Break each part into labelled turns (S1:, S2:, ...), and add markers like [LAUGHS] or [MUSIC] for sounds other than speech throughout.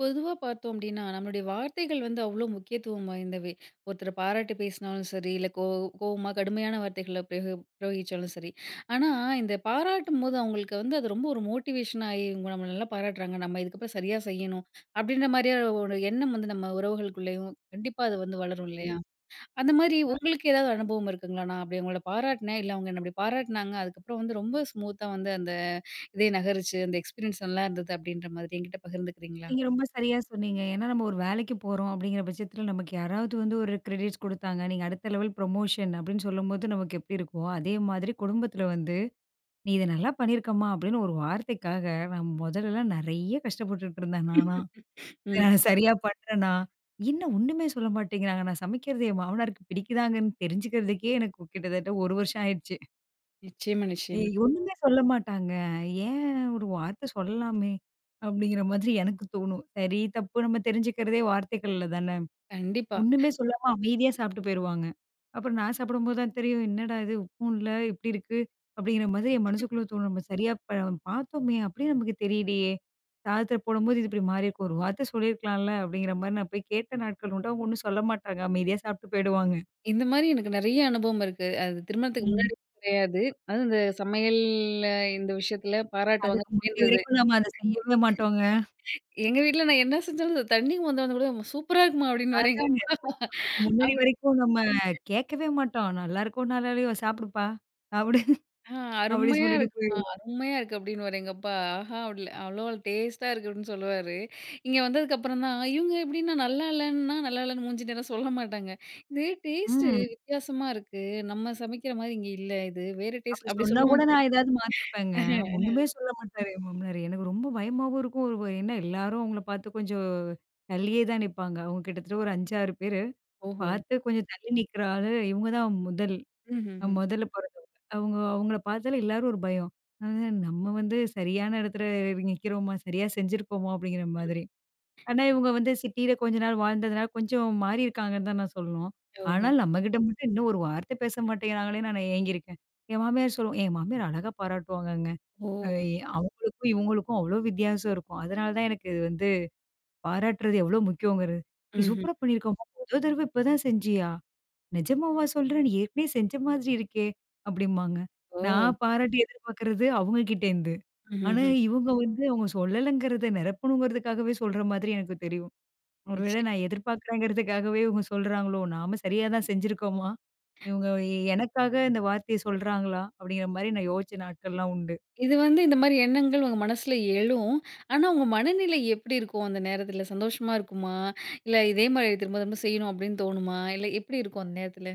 S1: பொதுவா பார்த்தோம் அப்டின்னா, நம்மளுடைய வார்த்தைகள் வந்து அவ்ளோ முக்கியத்துவம் வாய்ந்தவை. ஒருத்தர பாராட்டி பேசினாலும் சரி, இல்ல கோவமா கடுமையான வார்த்தைகள பிரயோகிச்சாலும் சரி. ஆனா, இந்த பாராட்டும்போது அவங்களுக்கு வந்து அது ரொம்ப ஒரு மோட்டிவேஷனா ஆயி, இவங்க நம்மள நல்லா பாராட்டுறாங்க. நம்ம இதுக்கப்புறம் சரியா செய்யணும். அப்டின்ற மாரியான ஒரு எண்ணம் வந்து நம்ம உறவுகளுக்குள்ளேயும் கண்டிப்பா அது வந்து வளரும் இல்லையா?
S2: ம்.
S1: அந்த மாரி
S2: அ
S1: உங்களுக்கு ஏதாவது அனுபவம் இருக்குங்களா? நான் அப்டி அவங்கள பாராட்டினேன். இல்ல அவங்க என்ன அப்டி பாராட்டினாங்க. அதுக்கப்புறம் வந்து ரொம்ப ஸ்மூத்தா வந்து அந்த இதே நகருச்சு. அந்த எக்ஸ்பீரியன்ஸ் நல்லா இருந்தது அப்டின்ற மாதிரி என்கிட்ட பகிர்ந்துக்கிறீங்களா?
S2: நீங்க ரொம்ப சரியா சொன்னீங்க. ஏன்னா நம்ம ஒரு வேலைக்கு போறோம் அப்படிங்கிற பட்சத்தில நமக்கு யாராவது வந்து ஒரு கிரெடிட்ஸ் குடுத்தாங்க. நீங்க அடுத்த லெவல் ப்ரொமோஷன் அப்படின்னு சொல்லும்போது நமக்கு எப்படி இருக்கும்? அதே மாதிரி குடும்பத்தில வந்து, "நீ இத நல்லா பண்ணியிருக்கம்மா" அப்படின்னு ஒரு வார்த்தைக்காக நான் முதல்லலாம் நெறைய கஷ்டப்பட்டுட்டு இருந்தேன் நானா. "இத
S1: ம்.
S2: நான் சரியா பண்றேனா? என்ன ஒண்ணுமே சொல்ல மாட்டேங்கிறாங்க. நான் சமைக்கிறது என் மாமனாருக்கு பிடிக்குதாங்கன்னு தெரிஞ்சுக்கிறதுக்கே எனக்கு கிட்டத்தட்ட 1 வருஷம் ஆயிடுச்சு."
S1: நிச்சயமா, நிச்சயமா.
S2: ஒண்ணுமே சொல்ல மாட்டாங்க. ஏன் ஒரு வார்த்தை சொல்லலாமே! அப்படிங்கிற மாதிரி எனக்கு தோணும். சரி, தப்பு நம்ம தெரிஞ்சுக்கிறதே வார்த்தைகள்ல தானே.
S1: கண்டிப்பா.
S2: ஒண்ணுமே சொல்லாம அமைதியா சாப்பிட்டு போயிருவாங்க. அப்புறம் நான் சாப்பிடும்போது தான் தெரியும், "என்னடா இது உப்பும் இல்ல, இப்படி இருக்கு." அப்படிங்கிற மாதிரி என் மனசுக்குள்ள தோணும். நம்ம சரியா பார்த்தோமே, அப்படியே நமக்கு தெரியலையே. சாதத்துல போடும்போது இது இப்படி மாறியிருக்கும். ஒரு வார்த்தை சொல்லியிருக்கலாம்ல அப்படிங்கிற மாரி நான் போய் கேட்ட நாட்கள் உண்டு. அவங்க ஒண்ணும் சொல்ல மாட்டாங்க. அமைதியா சாப்பிட்டு போயிடுவாங்க.
S1: இந்த மாரி எனக்கு நெறைய அனுபவம் இருக்கு. அது திருமணத்துக்கு
S2: ம்.
S1: முன்னாடி கிடையாது. அதுவும் இந்த சமையல்ல இந்த விஷயத்துல பாராட்டுவாங்க
S2: அதுக்கு முன்னாடி
S1: அப்படின்றது.
S2: வரைக்கும் நம்ம அத செய்யவே மாட்டோங்க.
S1: எங்க வீட்ல நான் என்ன செஞ்சாலும் தண்ணி மொந்த வந்து கூட "சூப்பரா இருக்குமா" அப்படின்னு வர எங்க
S2: அதாங்க. அதுக்கு முன்னாடி
S1: அவரு.
S2: வரைக்கும் நம்ம கேட்கவே மாட்டோம். "நல்லாயிருக்கோ, நல்லாலையோ சாப்பிடுப்பா" அப்படி
S1: ஆ,
S2: அப்படி
S1: "அருமையா
S2: சொல்லிட்டு
S1: இருக்குமா,
S2: போயிருவோம்.
S1: அருமையா இருக்கு" அப்படின்னு வர எங்க அப்பா. ஆஹா! அவ்ள அவ்ளோ டேஸ்ட்டா இருக்கு அப்படின்னு சொல்லுவாரு. இங்க வந்ததுக்கப்புறம் தான் இவங்க எப்படின்னா நல்லா இல்லன்னா, நல்லா இல்லன்னு மூஞ்சி நேரா சொல்ல மாட்டாங்க. "இது டேஸ்ட்டு
S2: ம்.
S1: வித்தியாசமா இருக்கு. நம்ம சமைக்கிற மாரி இங்க இல்ல. இது வேற
S2: அப்படி
S1: டேஸ்ட்" அப்படி
S2: சொன்னா கூட
S1: சொல்லுவாங்க.
S2: நான் ஏதாவது மாத்திப்பேங்க. ஒண்ணுமே சொல்ல மாட்டாரு என் மாமனாரு. எனக்கு ரொம்ப பயமாவும் இருக்கும். ஒரு என்ன எல்லாரும் அவங்கள பார்த்து கொஞ்சம் தள்ளியே தான் நிப்பாங்க. அவங்க கிட்டத்தட்ட ஒரு 5, 6 பேரு.
S1: ஓஹோ!
S2: பார்த்து கொஞ்சம் தள்ளி நிக்கிற ஆளு இவங்க தான் முதல்
S1: ம்ஹ்ஹ்ம்.
S2: முதல்ல பொறந்தவங்க. அவங்க அவங்கள பார்த்தாலே எல்லாரும் ஒரு பயம். அ நம்ம வந்து சரியான இடத்துல நிக்கிறோமா? சரியா செஞ்சிருக்கோமா? அப்படிங்கிற மாதிரி. ஆனா, இவங்க வந்து சிட்டியில கொஞ்ச நாள் வாழ்ந்ததுனால, கொஞ்சம் மாறியிருக்காங்கன்னு தான் நான் சொல்லணும்.
S1: ஓஹோ!
S2: ஆனால் நம்மகிட்ட மட்டும் இன்னும் ஒரு வார்த்தை பேச மாட்டேங்கிறாங்களேன்னு நான் ஏங்கியிருக்கேன். என் மாமியார் சொல்லுவோம் என் மாமியார் அழகா பாராட்டுவாங்கங்க.
S1: ஓ!
S2: அ அவங்களுக்கும் இவங்களுக்கும் அவ்ளோ வித்தியாசம் இருக்கும். அதனால தான் எனக்கு இது வந்து பாராட்டுறது எவ்ளோ முக்கியங்கிறது. "நீ
S1: ம்ஹ்ம்.
S2: சூப்பரா பண்ணியிருக்கம்மா! மொத தடவ இப்ப தான் செஞ்சியா? நிஜமாவா சொல்ற? நீ ஏற்கனவே செஞ்ச மாதிரி இருக்கே!" அப்படிம்பாங்க.
S1: ஓ!
S2: நான் பாராட்டு எதிர்பார்க்கறது அவங்க கிட்டேருந்து. ஆனா,
S1: ம்ஹ்ஹ்ம்.
S2: இவங்க வந்து அவங்க சொல்லலங்கிறத நிரப்பணுங்கிறதுக்காகவே சொல்ற மாதிரி எனக்கு தெரியும். ஒருவேளை
S1: நிச்சயம்.
S2: நான் எதிர்பார்க்குறேங்கிறதுக்காகவே இவங்க சொல்றாங்களோ! நாம சரியா தான் செஞ்சிருக்கோமா? இவங்க எனக்காக இந்த வார்த்தைய சொல்றாங்களா? அப்படிங்கிற மாரி நான் யோசிச்ச நாட்கள்லாம் உண்டு.
S1: இது வந்து இந்த மாரி எண்ணங்கள் உங்க மனசுல எழும். ஆனா, உங்க மனநிலை எப்படி இருக்கும் அந்த நேரத்துல? சந்தோஷமா இருக்குமா? இல்ல இதே மாரி திரும்ப திரும்ப செய்யணும் அப்படின்னு தோணுமா? இல்ல எப்படி இருக்கும் அந்த நேரத்துல?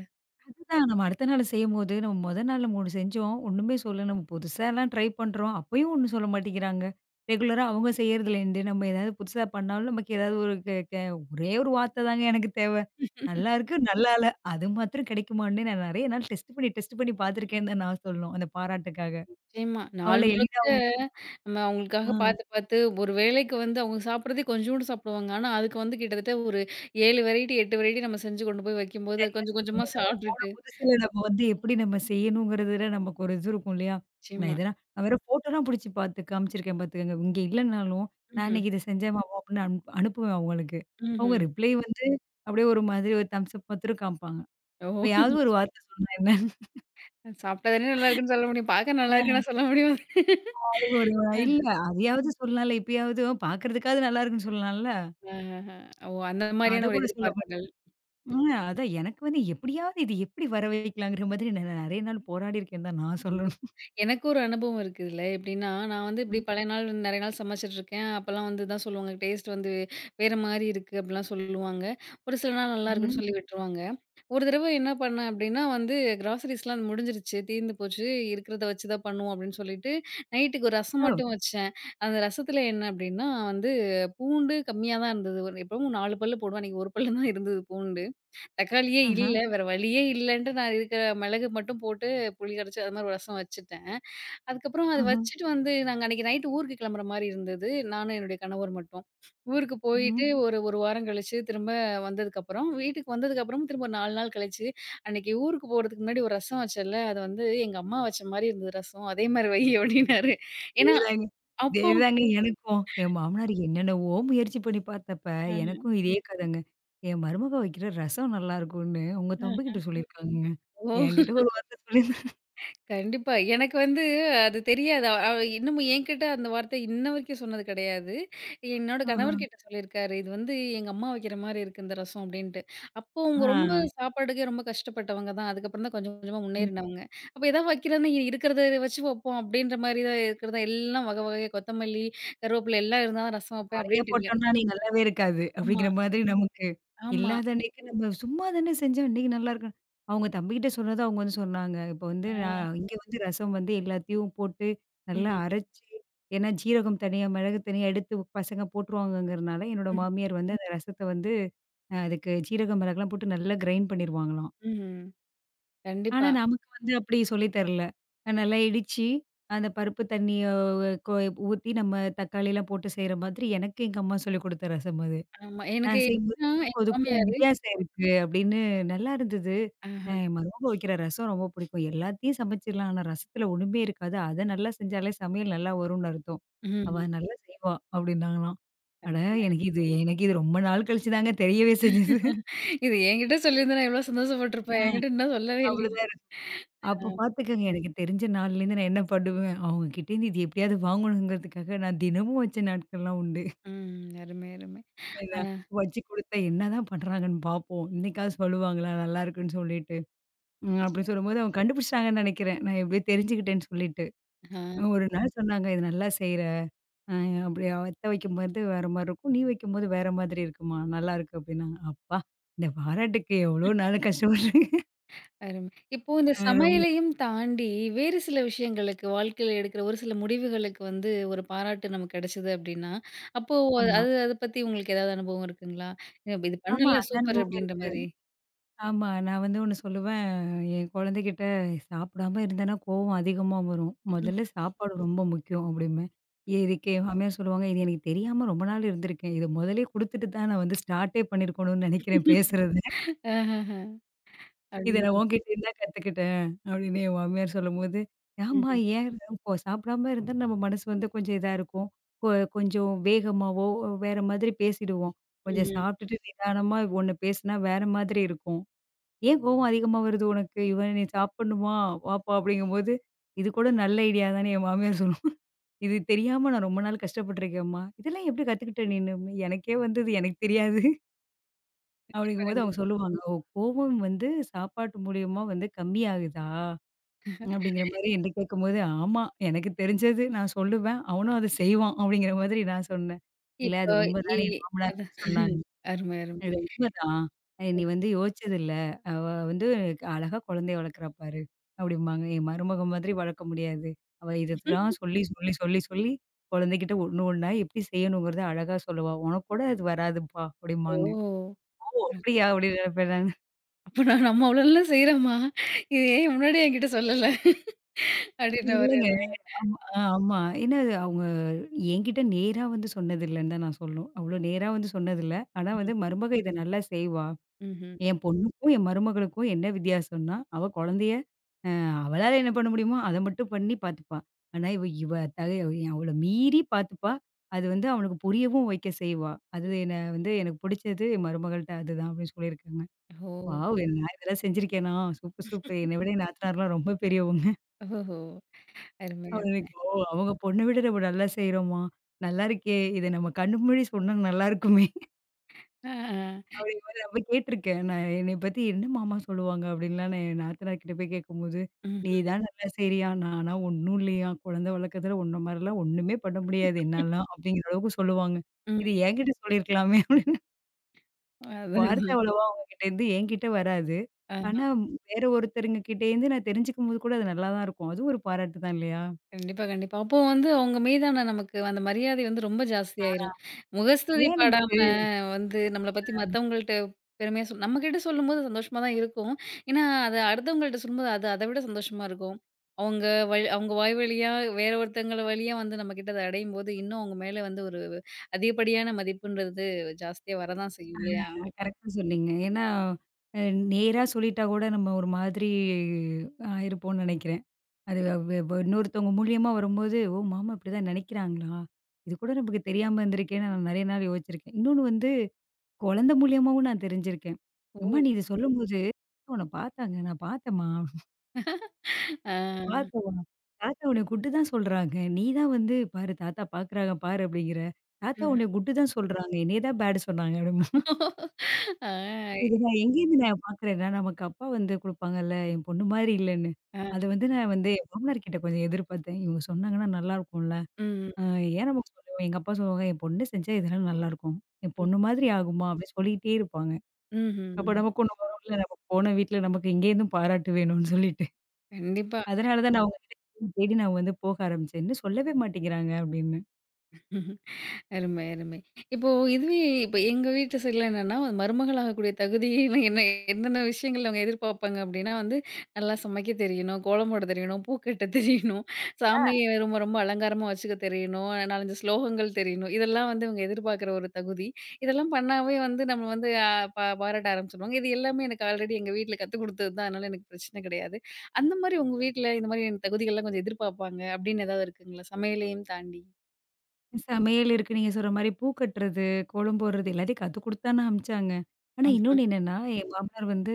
S2: அதுதான் நம்ம அடுத்த நாள் செய்யும்போது, நம்ம மொத நாள்ல 3 செஞ்சோம். ஒண்ணுமே சொல்லல. நம்ம புதுசாலாம் ட்ரை பண்றோம். அப்பயும் ஒண்ணும் சொல்ல மாட்டேங்கிறாங்க. ரெகுலரா அவங்க செய்யறதுலேருந்து நம்ம ஏதாவது புதுசா பண்ணாலும் நமக்கு ஏதாவது ஒரு கெ கெ ஒரே ஒரு வார்த்த தாங்க எனக்கு தேவ. நல்லா இருக்கு, நல்லா இல்ல. அது மாத்திரம் கிடைக்குமான்னு நான் நெறைய நாள் டெஸ்ட் பண்ணி, டெஸ்ட் பண்ணி பார்த்துருக்கேன்னு தான் நான் சொல்லணும். அந்த பாராட்டுக்காக.
S1: நிச்சயமா. நாள்
S2: அவ்வளோ எளிதா
S1: முழுக்க
S2: அவங்க கிட்ட
S1: நம்ம அவங்களுக்காக
S2: ஆ.
S1: பார்த்து பார்த்து ஒரு வேளைக்கு வந்து அவங்க சாப்பிடுறதே கொஞ்சோண்டு சாப்பிடுவாங்க. ஆனா, அதுக்கு வந்து கிட்டத்தட்ட ஒரு 7 வெரைட்டி, 8 வெரைட்டி நம்ம செஞ்சு கொண்டு போய் வைக்கும்போது
S2: சரியா
S1: கொஞ்சம்
S2: சொன்னீங்க.
S1: கொஞ்சமா
S2: நம்ம போன
S1: சாப்பிட்டுட்டு
S2: புதுசுல நம்ம வந்து எப்படி நம்ம செய்யணுங்கிறதுல நமக்கு ஒரு இது இருக்கும் இல்லையா? நான்
S1: நிச்சயமா.
S2: இதெல்லாம் நான் வேற ஃபோட்டோலாம் புடிச்சு பார்த்து காமிச்சிருக்கேன் பார்த்துக்கங்க. இங்க இல்லனாலும், நான்
S1: ம்ஹ்ம்.
S2: இன்னைக்கு இத செஞ்சேன் மாமா அப்படின்னு அனுப்புவேன் அவங்களுக்கு. அவங்க
S1: ம்ஹ்ம்.
S2: ரிப்ளை வந்து அப்படியே ஒரு மாதிரி ஒரு தம்ஸ் அப் மாத்திரம் காமிப்பாங்க.
S1: ஓ!
S2: இப்பயாவது ஒரு வார்த்தை சொன்னா என்ன?
S1: சாப்பிட்டா தானே நல்லாருக்குன்னு சொல்ல முடியும். பார்க்க
S2: ஆ
S1: நல்லாருக்குன்னா சொல்ல முடியும்.
S2: அது ஒரு இல்ல அதையாவது சொல்லலாம்ல. இப்பயாவது பார்க்கறதுக்காவது நல்லா இருக்குன்னு சொல்லலாம்ல.
S1: ஆஹா. ஓ! அந்த
S2: அத
S1: மாரியான ஒரு
S2: கூட சொல்ல மாட்டேன்.
S1: எதிர்பார்ப்புகள்.
S2: அதான் எனக்கு வந்து எப்படியாவது இது எப்படி வர வைக்கலாங்கிற மாதிரி நான் நெறைய நாள் போராடி இருக்கேன்னு தான் நான்
S1: கண்டிப்பா.
S2: சொல்லணும்.
S1: எனக்கு ஒரு அனுபவம் இருக்கு இதுல. எப்படின்னா, நான் வந்து இப்படி பல நாள் நெறைய நாள் சமைச்சுட்ருக்கேன். அப்பலாம் வந்து தான் சொல்லுவாங்க, டேஸ்ட் வந்து வேற மாரி இருக்கு அப்படிலாம் சொல்லுவாங்க. ஒரு சில நாள்
S2: ம்ஹ்ம்.
S1: நல்லாருக்குன்னு சொல்லி விட்டுருவாங்க. ஒரு தடவ என்ன பண்ணேன் அப்டின்னா வந்து கிராசரிஸ்லாம் முடிஞ்சிருச்சு. தீர்ந்து போச்சு. இருக்கிறத வச்சு தான் பண்ணுவோம் அப்டின்னு சொல்லிட்டு, நைட்டுக்கு ஒரு ரசம் மட்டும் வச்சேன். அந்த ரசத்துல என்ன அப்டின்னா வந்து பூண்டு கம்மியா தான் இருந்தது. ஒரு எப்பவும் 4 பல்லு போடுவேன். அன்னைக்கு ஒரு பல்லு தான் இருந்தது பூண்டு. தக்காளியே
S2: ஆஹா,
S1: இல்ல. வேற வழியே இல்லன்ட்டு நான் இருக்கிற மிளகு மட்டும் போட்டு புளி கரைச்சு அது மாரி ஒரு ரசம் வச்சுட்டேன். அதுக்கப்புறம் அத
S2: ஆஹா.
S1: வச்சுட்டு வந்து நாங்க அன்னைக்கு நைட்டு ஊருக்கு கிளம்புற மாரி இருந்தது. நானும் என்னுடைய கணவர் மட்டும். ஊருக்கு போயிட்டு
S2: ம்.
S1: ஒரு 1 வாரம் கழிச்சு திரும்ப வந்ததுக்கப்புறம், வீட்டுக்கு வந்ததுக்கப்புறம் திரும்ப ஒரு 4 நாள் கழிச்சு, "அன்னைக்கு ஊருக்கு போறதுக்கு முன்னாடி ஒரு ரசம் வச்சேன்ல, அது வந்து எங்க அம்மா வச்ச மாரி இருந்தது ரசம். அதே மாரி வை" [LAUGHS] அப்படின்னாரு. ஏன்னா
S2: இதேதாங்க,
S1: அப்போ
S2: இதேதாங்க எனக்கும். என் மாமனார் என்னென்னவோ முயற்சி பண்ணி பார்த்தப்ப,
S1: ஆ,
S2: எனக்கும் இதே கதைங்க. என் மருமக வைக்கிற ரசம் நல்லாருக்கும்னு, உங்க
S1: ஆ.
S2: தம்பிகிட்ட ம். சொல்லியிருக்காங்கங்க.
S1: ஓ!
S2: என்கிட்ட ஒரு வார்த்தை சொல்லியிருந்தா
S1: கண்டிப்பா. எனக்கு வந்து அது தெரியாது. அ இன்னமும் என்கிட்ட அந்த வார்த்தை இன்ன வரைக்கும் சொன்னது கிடையாது. என்னோட
S2: ஆஹா.
S1: கணவர் கிட்ட சொல்லியிருக்காரு. இது வந்து எங்க அம்மா வைக்கிற மாரி இருக்கு இந்த ரசம் அப்டின்ட்டு. அப்போ
S2: ஆ.
S1: அவங்க ரொம்ப ம். சாப்பாட்டுக்கே ரொம்ப கஷ்டப்பட்டவங்க தான். அதுக்கப்புறம் தான் கொஞ்சம் கொஞ்சமா முன்னேறினவங்க. அப்ப ஏதா வைக்கிறன்னா இருக்கிறத வச்சு வைப்போம் அப்டின்ற மாரி தான் இருக்கிறதா எல்லாம் வகை வகையா கொத்தமல்லி, கருவேப்பிலை எல்லாம் இருந்தா தான் ரசம் வைப்பேன்
S2: நெறைய
S1: அப்டின்ட்டு இல்ல.
S2: போட்டோம்னா அன்னைக்கு நல்லாவே இருக்காது.
S1: ஆமா,
S2: அப்படிங்கிற மாதிரி நமக்கு
S1: ஆமா.
S2: இல்லாத அன்னைக்கு நம்ம சும்மா தானே செஞ்சோம். இன்னைக்கு நல்லா இருக்கும். அவங்க தம்பிகிட்ட சொன்னது அவங்க வந்து சொன்னாங்க. இப்போ வந்து நான்
S1: ஆ.
S2: இங்க வந்து ரசம் வந்து எல்லாத்தையும் போட்டு நல்லா
S1: ம்ஹ்ம்.
S2: அரைச்சு, ஏன்னா ஜீரகம் தனியா, மிளகு தனியா எடுத்து பசங்க போட்டுருவாங்கங்கிறனால, என்னோட
S1: ம்ஹ்ம்.
S2: மாமியார் வந்து அந்த ரசத்த வந்து அதுக்கு ஜீரகம், மிளகுலாம் போட்டு நல்லா கிரைண்ட் பண்ணிருவாங்களாம்.
S1: ம்ஹ்ம்.
S2: ஆனா
S1: கண்டிப்பா.
S2: நமக்கு வந்து அப்படி சொல்லி தரல. நல்லா இடிச்சு அந்த பருப்பு தண்ணிய கொ ஊத்தி நம்ம தக்காளிலாம் போட்டு செய்ற மாதிரி எனக்கு எங்க அம்மா சொல்லிக் குடுத்த ரசம் அது.
S1: ஆமா. எனக்கு
S2: செய்யும்போது
S1: எப்டின்னா
S2: இதுக்கும்
S1: என்
S2: அதுக்கும்
S1: மாமியாரு.
S2: வித்தியாசம் இருக்கு அப்படின்னு நல்லா இருந்தது.
S1: ஆஹ.
S2: என் மருமக வைக்கிற ரசம் ரொம்ப பிடிக்கும். எல்லாத்தையும் சமைச்சிடலாம். ஆனா ரசத்துல ஒண்ணுமே இருக்காது. அத நல்லா செஞ்சாலே சமையல் நல்லா வரும்னு அர்த்தம். அவ
S1: ம்.
S2: நல்லா செய்வா அப்படின்னாங்களாம். அட எனக்கு இது ரொம்ப நாள் கழிச்சு தாங்க தெரியவே செஞ்சது.
S1: இது என்கிட்ட சொல்லியிருந்தா நான் எவ்ளோ
S2: ஆ.
S1: சந்தோஷப்பட்டுருப்பேன். என்கிட்ட இன்னும் சொல்லவே இல்லயே!
S2: அப்படிதான் இருக்கு. அப்ப பார்த்துக்கங்க எனக்கு தெரிஞ்ச நாள்லேருந்து நான் என்ன பண்ணுவேன், அவங்க கிட்டேருந்து இது எப்படியாவது வாங்கணுங்கிறதுக்காக நான் தினமும் வச்ச நாட்கள்லாம் உண்டு.
S1: ம். அருமை, அருமை. ஆ.
S2: நான் வச்சு கொடுத்தேன். என்னதான் பண்றாங்கன்னு பார்ப்போம். இன்னைக்காவது சொல்லுவாங்களா நல்லா இருக்குன்னு சொல்லிட்டு. ம். அப்படி
S1: சரி.
S2: சொல்லும்போது அவங்க கண்டுபிடிச்சிட்டாங்கன்னு நெனைக்கிறேன். நான் எப்படியோ தெரிஞ்சுக்கிட்டேன்னு சொல்லிட்டு.
S1: ஆ.
S2: ஒரு நாள் சொன்னாங்க, "இது நல்லா செய்ற. அ அப்படி அத்த வைக்கும்போது வேற மாரி இருக்கும். நீ வைக்கும்போது வேற மாதிரி இருக்குமா. நல்லாருக்கு" அப்படின்னாங்க. அப்பா! இந்த பாராட்டுக்கு எவ்வளோ நாள் கஷ்டப்பட்டுருக்கேன்.
S1: அருமை. இப்போ இந்த
S2: அ ரொம்ப
S1: சமையலையும் தாண்டி வேறு சில விஷயங்களுக்கு வாழ்க்கையில எடுக்கிற ஒரு சில முடிவுகளுக்கு வந்து ஒரு பாராட்டு நமக்கு கிடைச்சது அப்டின்னா, அப்போ அ-
S2: ஆமா.
S1: அது அத பத்தி உங்களுக்கு ஏதாவது அனுபவம் இருக்குங்களா? இது இது
S2: ஆமா.
S1: பண்ணல
S2: அந்த
S1: சூப்பர்
S2: அனுபவம்
S1: அப்டின்ற
S2: இருக்கு.
S1: மாரி.
S2: ஆமா. நான் வந்து ஒண்ணு சொல்லுவேன், என் குழந்தைகிட்ட சாப்பிடாம இருந்தேன்னா கோவம் அதிகமா வரும். "முதல்ல
S1: ம்.
S2: சாப்பாடு ரொம்ப முக்கியம்" அப்படிம்பேன். இதுக்கு என் மாமியார் சொல்லுவாங்க, "இது எனக்கு தெரியாம ரொம்ப நாள் இருந்திருக்கேன். இத முதல்லயே குடுத்துட்டு தான் நான் வந்து ஸ்டார்ட்டே பண்ணியிருக்கணும்னு நினைக்கிறேன் பேசுறத.
S1: ஆஹஹா.
S2: இத
S1: அப்டிங்களா?
S2: நான் உன்கிட்டேருந்து தான் கத்துக்கிட்டேன்" அப்படின்னு என் மாமியார் சொல்லும்போது, "ஆமா
S1: ம்ஹ்ம்.
S2: ஏன் இப்போ சாப்பிடாம இருந்தா நம்ம மனசு வந்து கொஞ்சம் இதா இருக்கும். கொ கொஞ்சம் வேகமாவோ, வேற மாதிரி பேசிடுவோம். கொஞ்சம்
S1: ம்ஹ்ம்.
S2: சாப்பிட்டுட்டு நிதானமா ஒண்ணு பேசுனா வேற மாதிரி இருக்கும்." ஏன் கோவம் அதிகமா வருது உனக்கு? இவன் நீ சாப்பிடணுமா? வாப்பா அப்படிங்கும்போது, இது கூட நல்ல ஐடியா தான்னு என் மாமியார் சொல்லும். இது தெரியாம நான் ரொம்ப நாள் கஷ்டப்பட்டுருக்கேன்ம்மா. இதெல்லாம் எப்படி கத்துக்கிட்ட நீனு? எனக்கே வந்து இது எனக்கு தெரியாது.
S1: இப்ப
S2: அப்படிங்கும்போது அவங்க
S1: கண்டிப்பா.
S2: சொல்லுவாங்க. ஓ! கோவம் வந்து சாப்பாட்டு மூலியமா வந்து கம்மியாகுதா? அப்படிங்கிற மாரி என்ட்ட கேட்கும்போது, ஆமா. எனக்கு தெரிஞ்சது நான் சொல்லுவேன். அவனும் அத செய்வான் அப்படிங்கிற மாதிரி நான் சொன்னேன். இல்ல அது
S1: இப்போ இ
S2: உண்மைதான்னு என் மாமனார்
S1: அதான்.
S2: வந்து சொன்னாங்க.
S1: அருமை, அருமை.
S2: அது உண்மதான். "ஏய் நீ வந்து யோசிச்சதில்ல. அவ வந்து அழகா குழந்தைய வளர்க்குறா பாரு" அப்படிம்பாங்க. என் மருமக மாதிரி வளர்க்க முடியாது. அவ இதெல்லாம் ம். சொல்லி, சொல்லி, சொல்லி, சொல்லி குழந்தைகிட்ட ஒண்ணு ஒண்ணா எப்படி செய்யணுங்கிறத அழகா சொல்லுவா. "உனக்கு கூட அது வராதுப்பா"
S1: ஓ!
S2: அப்படிம்பாங்க. "அப்படியா?" அப்படின்னு நினைப்பேன் நானு.
S1: அப்ப நான் நம்ம அவ்வளோலாம் செய்றோமா? இது ஏன் முன்னாடியே என்கிட்ட சொல்லல? அப்டின்ற மாரி
S2: இல்லைங்க.
S1: அதான்.
S2: ஆமா. ஏன்னா அது அவங்க என்கிட்ட நேரா வந்து சொன்னதில்லன்னு தான் நான் சொல்லணும். அவ்வளோ நேரா வந்து சொன்னதில்ல. ஆனா
S1: [LAUGHS]
S2: வந்து
S1: ம்ஹ்ம்.
S2: மருமக இத நல்லா செய்வா.
S1: ம்ஹ்ம்.
S2: என் பொண்ணுக்கும், என் மருமகளுக்கும் என்ன வித்தியாசம்ன்னா, அவ குழந்தைய அ அவளால என்ன பண்ண முடியுமோ, அத மட்டும் பண்ணி பார்த்துப்பா. ஆனா, இவ இவ த அவள மீறி பார்த்துப்பா. அது வந்து அவனுக்கு புரியவும் வைக்க செய்வா. அது என்ன வந்து எனக்கு பிடிச்சது என் மருமகள்ட்ட அதுதான் அப்படின்னு சொல்லியிருக்காங்க.
S1: ஓ!
S2: வாவ்! என்ன நான் இதெல்லாம் செஞ்சிருக்கேனா? Super, super. என்னை விட என் நாத்தனார்லாம் ரொம்ப பெரியவங்க.
S1: ஓஹோ! அருமை, அருமை.
S2: அவங்களுக்கு ஓ! அவங்க பொண்ண விட நம்ம நல்லா செய்றோமா? நல்லா இருக்கே! இத நம்ம கண்ணு முன்னாடி சொன்னா நல்லா இருக்குமே!
S1: ஆ, ஆ.
S2: அப்படிங்கும்போது அப்ப கேட்டுருக்கேன். நான் என்னைய பத்தி என்ன மாமா சொல்லுவாங்க? அப்படின்லாம் நான் என் நாத்தனார் கிட்ட போய் கேட்கும்போது, "நீ
S1: ம்ஹ்ம்.
S2: தான் நல்லா செய்றியாம். நான்லாம் ஒண்ணும் இல்லையாம். குழந்தை வளர்க்கறதுல உன்ன மாரிலாம் ஒண்ணுமே பண்ண முடியாது என்னாலலாம்." அப்படிங்கிற அளவுக்கு சொல்லுவாங்க.
S1: ம்.
S2: இது என்கிட்ட சொல்லியிருக்கலாமே அப்படின்னு [LAUGHS] வார்த்தை
S1: அதுதான்.
S2: அவ்வளவா அவங்ககிட்டேருந்து என்கிட்ட வராது. ஆனா, வேற ஒருத்தருங்க கிட்டேருந்து நான் தெரிஞ்சுக்கும்போது கூட அது நல்லா தான் இருக்கும். அதுவும் ஒரு பாராட்டு தான் இல்லையா?
S1: கண்டிப்பா, கண்டிப்பா. அப்போ வந்து அவங்க மீதான நமக்கு அந்த மரியாதை வந்து ரொம்ப ஜாஸ்தியாயிரும். முகஸ்துதி
S2: ஏன் நமக்கு
S1: பாடாம வந்து நம்மள பத்தி மத்தவங்கள்ட்ட பெருமையா சொல் நம்மகிட்ட சொல்லும்போது சந்தோஷமா தான் இருக்கும். ஏன்னா, அது அடுத்தவங்கள்ட்ட சொல்லும்போது அது அத விட சந்தோஷமா இருக்கும். அவங்க வழி அவங்க வாய் வழியா வேற ஒருத்தங்கள வழியா வந்து நம்மகிட்ட அத அடையும்போது, இன்னும் அவங்க மேல வந்து ஒரு அதிகப்படியான மதிப்புன்றது ஜாஸ்தியா வரதான் செய்யும் இல்லையா?
S2: கரெக்ட்டா சொன்னீங்க. ஏன்னா, அ நேரா சொல்லிட்டா கூட நம்ம ஒரு மாதிரி ஆயிருப்போம்னு நெனைக்கிறேன். அது வ் வ இன்னொருத்தவங்க மூலியமா வரும்போது, "ஓ! மாமா இப்படிதான் நினைக்கிறாங்களா? இது கூட நமக்கு தெரியாம இருந்திருக்கேன்னு" நான் நெறைய நாள் யோசிச்சிருக்கேன். இன்னொன்னு வந்து குழந்தை மூலியமாவும் நான் தெரிஞ்சிருக்கேன்.
S1: ஓ!
S2: "அம்மா நீ இத சொல்லும்போது, உன்ன பார்த்தாங்க. நான் பார்த்தேன்ம்மா,
S1: ஆ.
S2: பார்த்தேன்ம்மா. தாத்தா உன்னைய குட்டு தான் சொல்றாங்க. நீ தான் வந்து பாரு தாத்தா பார்க்குறாங்க பாரு அப்படிங்கிற. தாத்தா உன்னைய குட்டு தான் சொல்றாங்க. என்னைய தான் பேட் சொன்னாங்க" அப்படிம்பா.
S1: ஆ.
S2: இது நான் எங்கேருந்து பார்க்குறேன்னா, நமக்கு அப்பா வந்து குடுப்பாங்கல்ல, என் பொண்ணு மாரி இல்லன்னு.
S1: ஆ.
S2: அத வந்து நான் வந்து என் மாமனார் கிட்ட கொஞ்சம் எதிர்பார்த்தேன். இவங்க சொன்னாங்கன்னா நல்லா இருக்கும்ல.
S1: ம்.
S2: ஆ ஏன் நம்ம சொல்லுவோம். எங்க அப்பா சொல்லுவாங்க, "என் பொண்ணு செஞ்சா இதெல்லாம் நல்லாருக்கும். என்
S1: ம்.
S2: பொண்ணு மாதிரி ஆகுமா?" அப்படி சொல்லிட்டே இருப்பாங்க. அப்ப
S1: ம்ஹ்ம்.
S2: நமக்கு ஒண்ணு வரும்ல, நம்ம போன வீட்ல நமக்கு இங்கேருந்தும் பாராட்டு வேணும்னு சொல்லிட்டு.
S1: கண்டிப்பா.
S2: அதனால தான் நான் அவங்ககிட்ட தேடி தேடி நான் வந்து போக ஆரம்பிச்சேன். "இன்னும் சொல்லவே மாட்டேங்கிறாங்க" அப்படின்னு.
S1: அருமை, அருமை. இப்போ இதுவே இப்ப எங்க வீட்டு சைடுல என்னன்னா, மருமகள் ஆகக்கூடிய தகுதி என்ன என்னென்ன விஷயங்கள் அவங்க எதிர்பார்ப்பாங்க அப்டின்னா வந்து, நல்லா சமைக்க தெரியணும், கோலம் போட தெரியணும், பூ கட்ட தெரியணும், சாமிய ரொம்ப ரொம்ப அலங்காரமா வச்சுக்க தெரியணும், 4, 5 ஸ்லோகங்கள் தெரியணும். இதெல்லாம் வந்து இவங்க எதிர்பார்க்குற ஒரு தகுதி. இதெல்லாம் பண்ணாவே வந்து நம்ம வந்து அ பாராட்ட ஆரம்பிச்சுருவாங்க. இது எல்லாமே எனக்கு ஆல்ரெடி எங்க வீட்ல கத்துக் குடுத்தது தான். அதனால எனக்கு பிரச்சனை கிடையாது. அந்த மாரி உங்க வீட்ல இந்த மாரி தகுதிகள்லாம் கொஞ்சம் எதிர்பார்ப்பாங்க அப்டின்னு ஏதாவது இருக்குங்களா? சமையலையும் தாண்டி?
S2: சமையல் இருக்கு நீங்க சொல்ற மாரி, பூ கட்டுறது, கோலம் போடுறது எல்லாத்தையும் கத்து குடுத்தான்னு அனுப்பிச்சாங்க. ஆனா
S1: ஆமா.
S2: இன்னொன்னு என்னன்னா, என் மாமனார் வந்து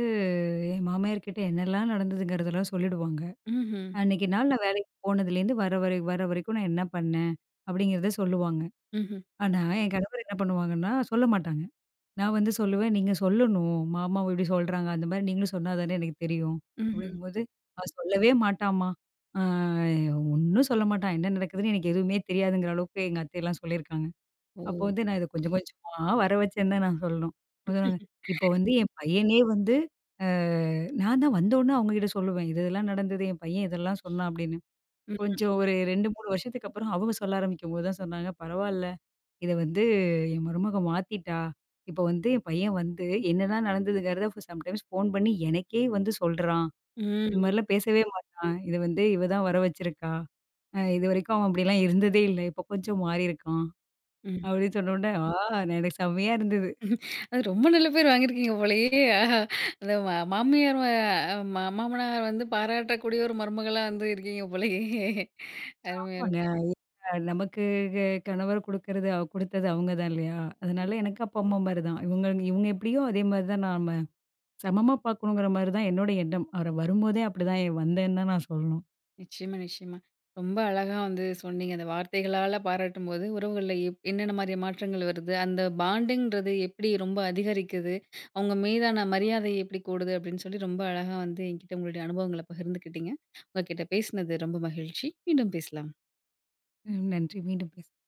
S2: என் மாமியார்கிட்ட என்னெல்லாம் நடந்ததுங்கிறதெல்லாம் சொல்லிடுவாங்க.
S1: ம்ஹ்ம்.
S2: அன்னைக்கு நாள் நான் வேலைக்கு போனதுலேருந்து வர வரைக்கும் நான் என்ன பண்ணேன் அப்படிங்கிறத சொல்லுவாங்க.
S1: ம்ஹ்ம்.
S2: ஆனா, என் கணவர் என்ன பண்ணுவாங்கன்னா, சொல்ல மாட்டாங்க. நான் வந்து சொல்லுவேன், "நீங்க சொல்லணும். மாமாவ இப்படி சொல்றாங்க. அந்த மாரி நீங்களும் சொன்னா தானே எனக்கு தெரியும்."
S1: ம்ஹ்ம்.
S2: அப்படிங்கும்போது, "அவன் சொல்லவே மாட்டான்ம்மா. ஆ ஒண்ணும் சொல்ல மாட்டான். என்ன நடக்குதுன்னு எனக்கு எதுவுமே தெரியாதுங்கிற" அளவுக்கு எங்க அத்தைலாம் சொல்லியிருக்காங்க.
S1: ஓ!
S2: அப்போ வந்து நான் இத கொஞ்சம் கொஞ்சமா வர வச்சேன்னு தான் நான் சொல்லணும். சொல்லுவாங்க, இப்போ வந்து என் பையனே வந்து அ நான் தான் வந்தோனே அவங்ககிட்ட சொல்லுவேன். இது இதெல்லாம் நடந்தது. என் பையன் இதெல்லாம் சொன்னான் அப்படின்னு.
S1: ம்.
S2: கொஞ்சம் ஒரு 2, 3 வருஷத்துக்கு அப்புறம் அவங்க சொல்ல ஆரம்பிக்கும்போது தான் சொன்னாங்க, "பரவால்ல." இத வந்து என் மருமக மாத்திட்டா. இப்ப வந்து என் பையன் வந்து என்னலாம் நடந்ததுங்கிறத சம்டைம்ஸ் ஃபோன் பண்ணி எனக்கே வந்து சொல்றான்.
S1: ம்.
S2: இது மாரிலாம் பேசவே மாட்டான். இது வந்து இவ தான் வர வச்சிருக்கா. இதுவரைக்கும் அவன் அப்படிலாம் இருந்ததே இல்ல. இப்போ கொஞ்சம் மாறியிருக்கான்.
S1: ம்.
S2: அப்படின்னு சொன்னோனே, எனக்கு செம்மையா இருந்தது.
S1: அது ரொம்ப நல்ல பேர் வாங்கியிருக்கீங்க போலயே! ஆஹா! அந்த மாமியார் ம ம மாமனார் வந்து பாராட்டக்கூடிய ஒரு மருமகளா வந்து இருக்கீங்க போலயே! அருமை,
S2: ஆமாங்க.
S1: அருமை.
S2: நமக்கு க கணவர் குடுத்தது அவங்க தான் இல்லையா? அதனால எனக்கு அப்பா, அம்மா மாரி தான். இவங்க இவங்க எப்படியோ அதே மாரி தான் நாம சமமா பார்க்கணுங்கிற மாரி தான் என்னோட எண்ணம். அவரு வரும்போதே அப்படிதான் வந்தேன்னு தான் நான் சொல்லணும்.
S1: நிச்சயமா, நிச்சயமா. ரொம்ப அழகா வந்து சொன்னீங்க. அந்த வார்த்தைகளால பாராட்டும்போது உறவுகள்ல என்னென்ன மாரி மாற்றங்கள் வருது? அந்த பாண்டிங்ன்றது எப்படி ரொம்ப அதிகரிக்குது? அவங்க மீதான மரியாதை எப்படி கூடுது? அப்படின்னு சொல்லி ரொம்ப அழகா வந்து என்கிட்ட உங்களுடைய அனுபவங்கள பகிர்ந்துக்கிட்டீங்க. உங்க கிட்ட பேசினது ரொம்ப மகிழ்ச்சி. மீண்டும் பேசலாம்.
S2: ம் நன்றி. மீண்டும் பேசலாம்.